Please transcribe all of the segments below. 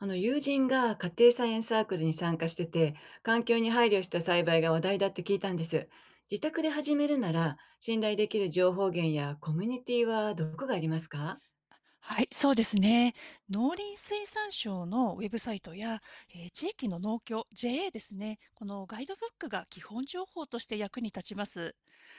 あの友人が家庭菜園サークルに参加してて、環境に配慮した栽培が話題だって聞いたんです。自宅で始めるなら、信頼できる情報源やコミュニティはどこがありますか？はい、そうですね。農林水産省のウェブサイトや、地域の農協 JA ですね。このガイドブックが基本情報として役に立ちます。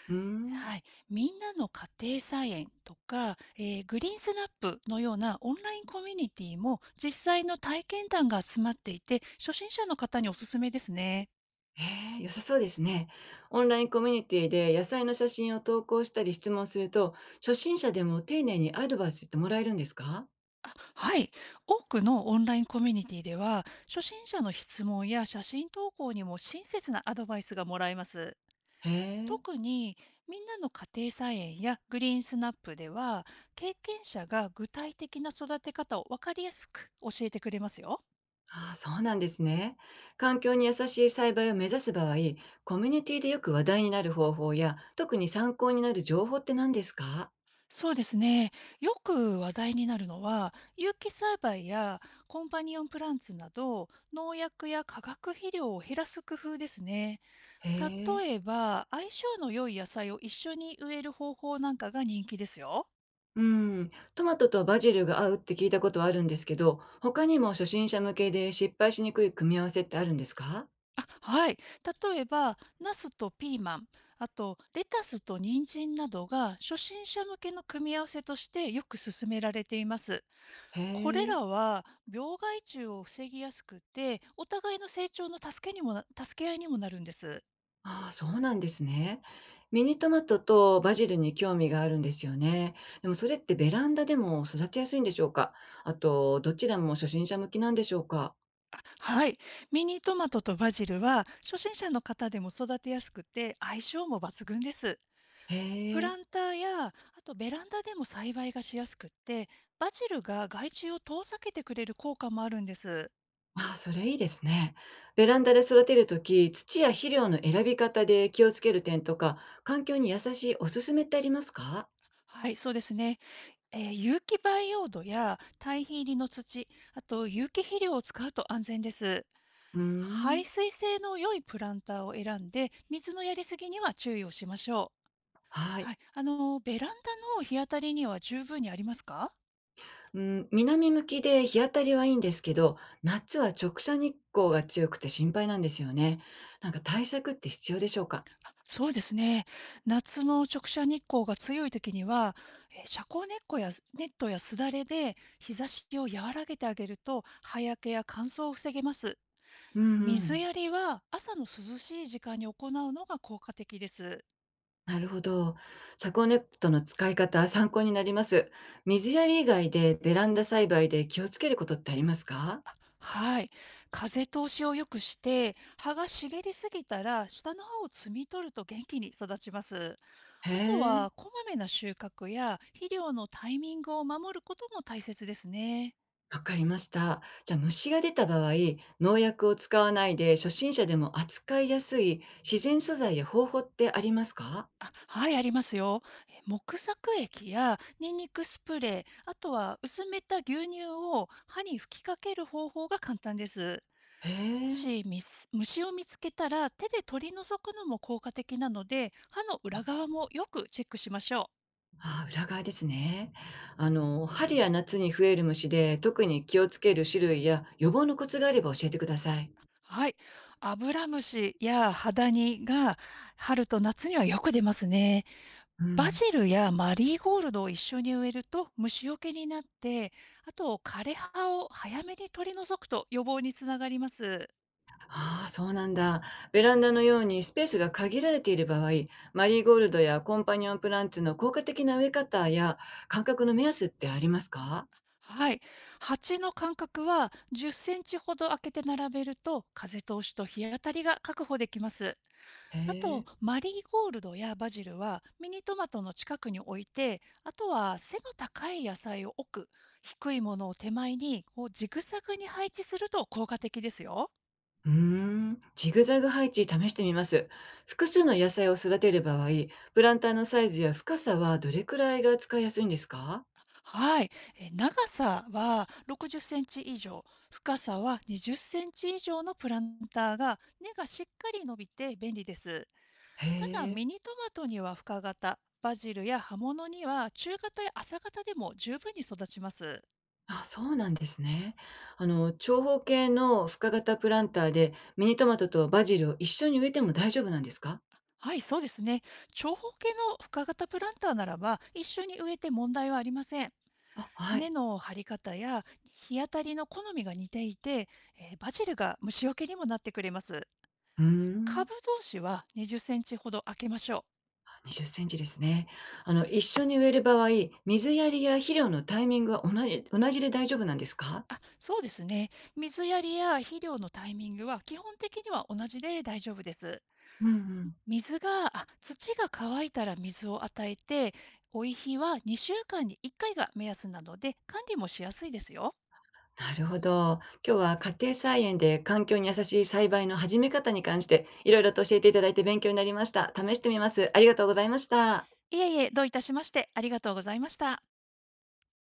うーん。はい、みんなの家庭菜園とか、グリーンスナップのようなオンラインコミュニティも実際の体験談が集まっていて、初心者の方におすすめですね。へえ、良さそうですね。オンラインコミュニティで野菜の写真を投稿したり質問すると、初心者でも丁寧にアドバイスってもらえるんですか？あ、はい。多くのオンラインコミュニティでは、初心者の質問や写真投稿にも親切なアドバイスがもらえます。へえ。特にみんなの家庭菜園やグリーンスナップでは経験者が具体的な育て方を分かりやすく教えてくれますよ。ああ、そうなんですね。環境に優しい栽培を目指す場合、コミュニティでよく話題になる方法や、特に参考になる情報って何ですか？そうですね。よく話題になるのは有機栽培やコンパニオンプランツなど農薬や化学肥料を減らす工夫ですね。へえ。例えば相性の良い野菜を一緒に植える方法なんかが人気ですよ。うん。トマトとバジルが合うって聞いたことはあるんですけど、他にも初心者向けで失敗しにくい組み合わせってあるんですか？あ、はい。例えば、ナスとピーマン、あとレタスと人参などが初心者向けの組み合わせとしてよく勧められています。へこれえ。らは病害虫を防ぎやすくて、お互いの成長の助け合いにもなるんです。ああ、そうなんですね。ミニトマトとバジルに興味があるんですよね。でもそれってベランダでも育てやすいんでしょうか？あと、どちらも初心者向きなんでしょうか？あ、はい。ミニトマトとバジルは初心者の方でも育てやすくて相性も抜群です。へプえ。ランターや、あとベランダでも栽培がしやすくって、バジルが害虫を遠ざけてくれる効果もあるんです。ああ、それいいですね。ベランダで育てるとき、土や肥料の選び方で気をつける点とか、環境に優しいおすすめってありますか？はい、そうですね。有機培養土や堆肥入りの土、あと有機肥料を使うと安全です。うーん。排水性の良いプランターを選んで、水のやりすぎには注意をしましょう。ははい。い、あの、ベランダの日当たりには十分にありますか？うん、南向きで日当たりはいいんですけど、夏は直射日光が強くて心配なんですよね。なんか対策って必要でしょうか？そうですね。夏の直射日光が強い時には、遮光ネットや、ネットやすだれで日差しを和らげてあげると、葉焼けや乾燥を防げます。うんう水ん。やりは朝の涼しい時間に行うのが効果的です。なるほど。遮光ネットの使い方、参考になります。水やり以外でベランダ栽培で気をつけることってありますか？はい。風通しを良くして、葉が茂りすぎたら、下の葉を摘み取ると元気に育ちます。へあとえ。は、こまめな収穫や肥料のタイミングを守ることも大切ですね。わかりました。じゃあ虫が出た場合、農薬を使わないで初心者でも扱いやすい自然素材や方法ってありますか？あ、はい、ありますよ。え、木作液やニンニクスプレー、あとは薄めた牛乳を歯に吹きかける方法が簡単です。へもえ。しみす虫を見つけたら手で取り除くのも効果的なので、歯の裏側もよくチェックしましょう。ああ、裏側ですね。春や夏に増える虫で特に気をつける種類や予防のコツがあれば教えてください。はい。アブラムシやハダニが春と夏にはよく出ますね。うバん。ジルやマリーゴールドを一緒に植えると虫除けになって、あと枯れ葉を早めに取り除くと予防につながります。ああ、そうなんだ。ベランダのようにスペースが限られている場合、マリーゴールドやコンパニオンプランツの効果的な植え方や間隔の目安ってありますか？はい。鉢の間隔は10センチほど空けて並べると風通しと日当たりが確保できます。へあと、え。マリーゴールドやバジルはミニトマトの近くに置いて、あとは背の高い野菜を置く、低いものを手前にこうジグザグに配置すると効果的ですよ。うーん、ジグザグ配置試してみます。複数の野菜を育てる場合、プランターのサイズや深さはどれくらいが使いやすいんですか？はい。え、長さは60センチ以上、深さは20センチ以上のプランターが根がしっかり伸びて便利です。へただ、え、ミニトマトには深型、バジルや葉物には中型や浅型でも十分に育ちます。あ、そうなんですね。長方形の深型プランターでミニトマトとバジルを一緒に植えても大丈夫なんですか？はい、そうですね。長方形の深型プランターならば一緒に植えて問題はありません。あ、はい。根の張り方や日当たりの好みが似ていて、バジルが虫除けにもなってくれます。うーん、株同士は20センチほど空けましょう。20センチですね。一緒に植える場合、水やりや肥料のタイミングは同じで大丈夫なんですか？あ、そうですね。水やりや肥料のタイミングは基本的には同じで大丈夫です。うんうん。水が、あ、土が乾いたら水を与えて、追い肥は2週間に1回が目安なので管理もしやすいですよ。なるほど。今日は家庭菜園で環境に優しい栽培の始め方に関していろいろと教えていただいて勉強になりました。試してみます。ありがとうございました。いえいえ、どういたしまして、ありがとうございました。